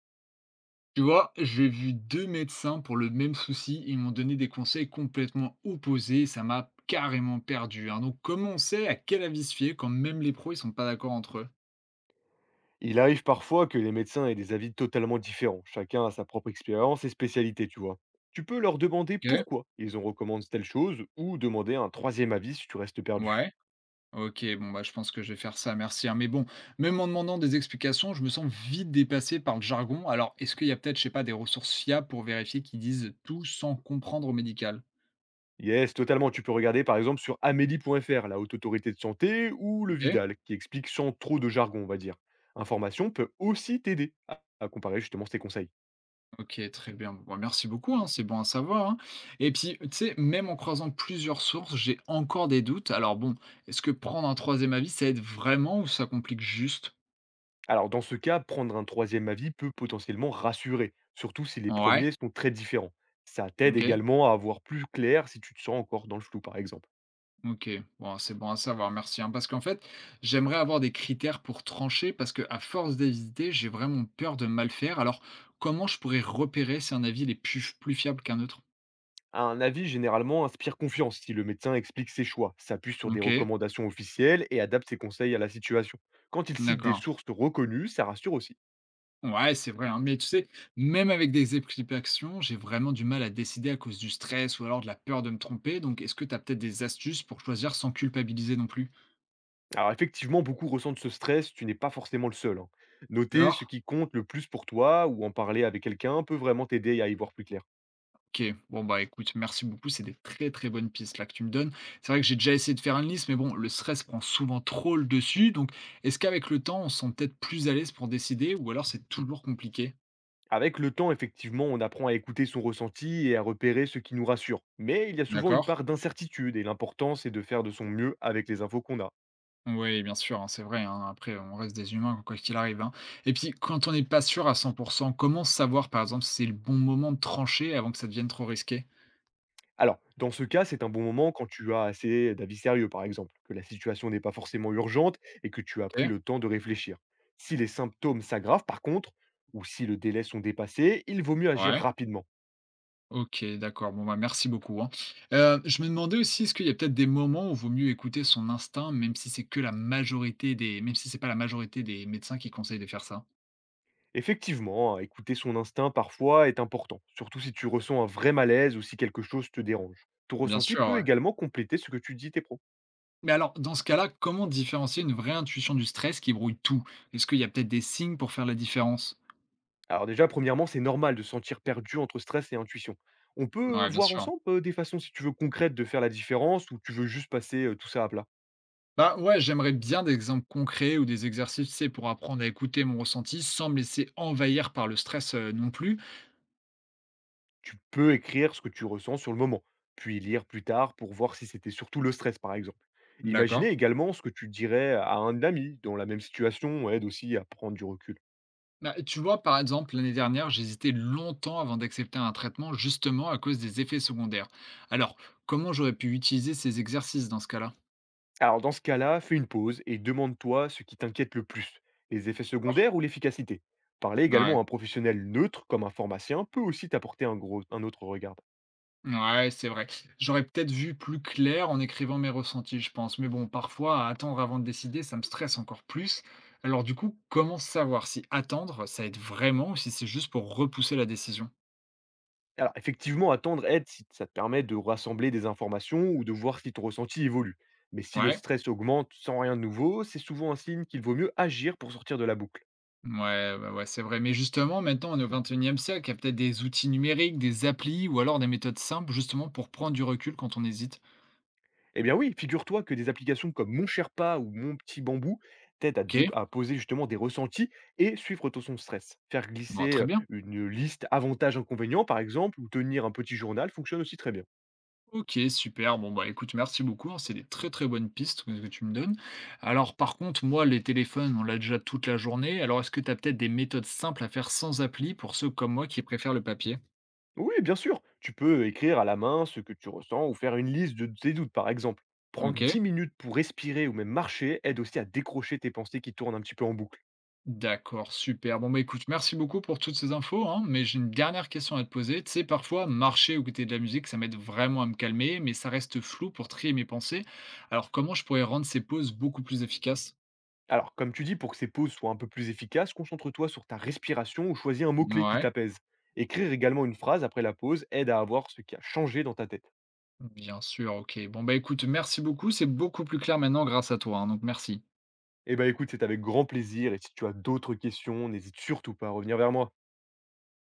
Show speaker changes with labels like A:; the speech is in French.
A: Tu vois, j'ai vu deux médecins pour le même souci. Ils m'ont donné des conseils complètement opposés. Ça m'a carrément perdu, hein. Donc, comment on sait à quel avis se fier quand même les pros, ils sont pas d'accord entre eux?
B: Il arrive parfois que les médecins aient des avis totalement différents. Chacun a sa propre expérience et spécialité, tu vois. Tu peux leur demander
A: Ok.
B: pourquoi ils ont recommandé telle chose ou demander un troisième avis si tu restes perdu.
A: Ouais. Ok, bon, bah, je pense que je vais faire ça. Merci, hein. Mais bon, même en demandant des explications, je me sens vite dépassé par le jargon. Alors, est-ce qu'il y a peut-être, je sais pas, des ressources fiables pour vérifier qu'ils disent tout sans comprendre au médical?
B: Yes, totalement. Tu peux regarder par exemple sur amélie.fr, la haute autorité de santé, ou le
A: Ok.
B: Vidal, qui explique sans trop de jargon, on va dire. Information peut aussi t'aider à comparer justement ces conseils.
A: OK, très bien. Bon, bah, merci beaucoup, hein, c'est bon à savoir, hein. Et puis, tu sais, même en croisant plusieurs sources, j'ai encore des doutes. Alors bon, est-ce que prendre un troisième avis, ça aide vraiment ou ça complique juste?
B: Alors, dans ce cas, prendre un troisième avis peut potentiellement rassurer, surtout si les
A: Ouais,
B: premiers sont très différents. Ça t'aide
A: OK,
B: également à voir plus clair si tu te sens encore dans le flou, par exemple.
A: OK. Bon, c'est bon à savoir, merci, hein. Parce qu'en fait, j'aimerais avoir des critères pour trancher parce que à force d'hésiter, j'ai vraiment peur de mal faire. Alors, comment je pourrais repérer si un avis il est plus, plus fiable qu'un autre?
B: Un avis généralement inspire confiance si le médecin explique ses choix, s'appuie sur des
A: OK,
B: recommandations officielles et adapte ses conseils à la situation. Quand il cite des
A: d'accord.
B: sources reconnues, ça rassure aussi.
A: Ouais, c'est vrai, hein. Mais tu sais, même avec des explications, j'ai vraiment du mal à décider à cause du stress ou alors de la peur de me tromper. Donc, est-ce que tu as peut-être des astuces pour choisir sans culpabiliser non plus?
B: Alors effectivement, beaucoup ressentent ce stress, tu n'es pas forcément le seul, hein. Noter ce
A: D'accord?
B: qui compte le plus pour toi ou en parler avec quelqu'un peut vraiment t'aider à y voir plus clair.
A: Ok, bon bah écoute, merci beaucoup, c'est des très très bonnes pistes là que tu me donnes. C'est vrai que j'ai déjà essayé de faire une liste, mais bon, le stress prend souvent trop le dessus. Donc, est-ce qu'avec le temps, on se sent peut-être plus à l'aise pour décider ou alors c'est toujours compliqué?
B: Avec le temps, effectivement, on apprend à écouter son ressenti et à repérer ce qui nous rassure. Mais il y a souvent une
A: D'accord?
B: part d'incertitude et l'important, c'est de faire de son mieux avec les infos qu'on a.
A: Oui, bien sûr, hein, c'est vrai, hein. Après, on reste des humains, quoi qu'il arrive, hein. Et puis, quand on n'est pas sûr à 100, comment savoir, par exemple, si c'est le bon moment de trancher avant que ça devienne trop risqué?
B: Alors, dans ce cas, c'est un bon moment quand tu as assez d'avis sérieux, par exemple, que la situation n'est pas forcément urgente et que tu as pris
A: OK.
B: le temps de réfléchir. Si les symptômes s'aggravent, par contre, ou si le délai sont dépassés, il vaut mieux agir
A: Ouais.
B: rapidement.
A: OK, d'accord. Bon, bah, merci beaucoup, hein. Je me demandais aussi, est-ce qu'il y a peut-être des moments où vaut mieux écouter son instinct, même si c'est pas la majorité des médecins qui conseillent de faire ça?
B: Effectivement, hein, écouter son instinct parfois est important, surtout si tu ressens un vrai malaise ou si quelque chose te dérange. Ton
A: Bien
B: ressenti
A: sûr,
B: peut
A: ouais.
B: également compléter ce que tu dis tes pros.
A: Mais alors, dans ce cas-là, comment différencier une vraie intuition du stress qui brouille tout? Est-ce qu'il y a peut-être des signes pour faire la différence?
B: Alors déjà, premièrement, c'est normal de se sentir perdu entre stress et intuition. On peut
A: Ouais, bien
B: voir
A: sûr.
B: ensemble des façons, si tu veux, concrètes de faire la différence ou tu veux juste passer tout ça à plat.
A: Bah, ouais, j'aimerais bien des exemples concrets ou des exercices, tu sais, pour apprendre à écouter mon ressenti sans me laisser envahir par le stress, non plus.
B: Tu peux écrire ce que tu ressens sur le moment, puis lire plus tard pour voir si c'était surtout le stress, par exemple.
A: D'accord.
B: Imaginez également ce que tu dirais à un ami dans la même situation, aide aussi à prendre du recul.
A: Bah, tu vois, par exemple, l'année dernière, j'hésitais longtemps avant d'accepter un traitement, justement à cause des effets secondaires. Alors, comment j'aurais pu utiliser ces exercices dans ce cas-là?
B: Alors dans ce cas-là, fais une pause et demande-toi ce qui t'inquiète le plus, les effets
A: D'accord.
B: secondaires ou l'efficacité. Parler
A: Ouais.
B: également à un professionnel neutre comme un pharmacien peut aussi t'apporter un autre regard.
A: Ouais, c'est vrai. J'aurais peut-être vu plus clair en écrivant mes ressentis, je pense. Mais bon, parfois, à attendre avant de décider, ça me stresse encore plus. Alors du coup, comment savoir si attendre, ça aide vraiment ou si c'est juste pour repousser la décision?
B: Alors effectivement, attendre aide si ça te permet de rassembler des informations ou de voir si ton ressenti évolue. Mais si le
A: Ouais,
B: stress augmente sans rien de nouveau, c'est souvent un signe qu'il vaut mieux agir pour sortir de la boucle.
A: ouais, bah ouais, c'est vrai. Mais justement, maintenant, on est au 21e siècle, il y a peut-être des outils numériques, des applis ou alors des méthodes simples justement pour prendre du recul quand on hésite.
B: Eh bien oui, figure-toi que des applications comme Mon Sherpa ou Mon Petit Bambou t'aident à,
A: Ok,
B: dé- à poser justement des ressentis et suivre ton son stress. Faire
A: bon,
B: glisser
A: très bien.
B: une liste avantages-inconvénients, par exemple, ou tenir un petit journal fonctionne aussi très bien.
A: Ok, super. Bon, bah écoute, merci beaucoup, hein. C'est des très très bonnes pistes que tu me donnes. Alors, par contre, moi, les téléphones, on l'a déjà toute la journée. Alors, est-ce que tu as peut-être des méthodes simples à faire sans appli pour ceux comme moi qui préfèrent le papier?
B: Oui, bien sûr, tu peux écrire à la main ce que tu ressens ou faire une liste de tes doutes, par exemple. Prendre
A: Ok.
B: 10 minutes pour respirer ou même marcher aide aussi à décrocher tes pensées qui tournent un petit peu en boucle.
A: D'accord, super. Bon, bah écoute, merci beaucoup pour toutes ces infos, hein, mais j'ai une dernière question à te poser. Tu sais, parfois, marcher ou écouter de la musique, ça m'aide vraiment à me calmer, mais ça reste flou pour trier mes pensées. Alors, comment je pourrais rendre ces pauses beaucoup plus efficaces?
B: Alors, comme tu dis, pour que ces pauses soient un peu plus efficaces, concentre-toi sur ta respiration ou choisis un mot-clé qui
A: Ouais.
B: t'apaise. Écrire également une phrase après la pause aide à avoir ce qui a changé dans ta tête.
A: Bien sûr, OK. Bon, bah, écoute, merci beaucoup. C'est beaucoup plus clair maintenant grâce à toi, hein, donc merci.
B: Eh ben écoute, c'est avec grand plaisir et si tu as d'autres questions, n'hésite surtout pas à revenir vers moi.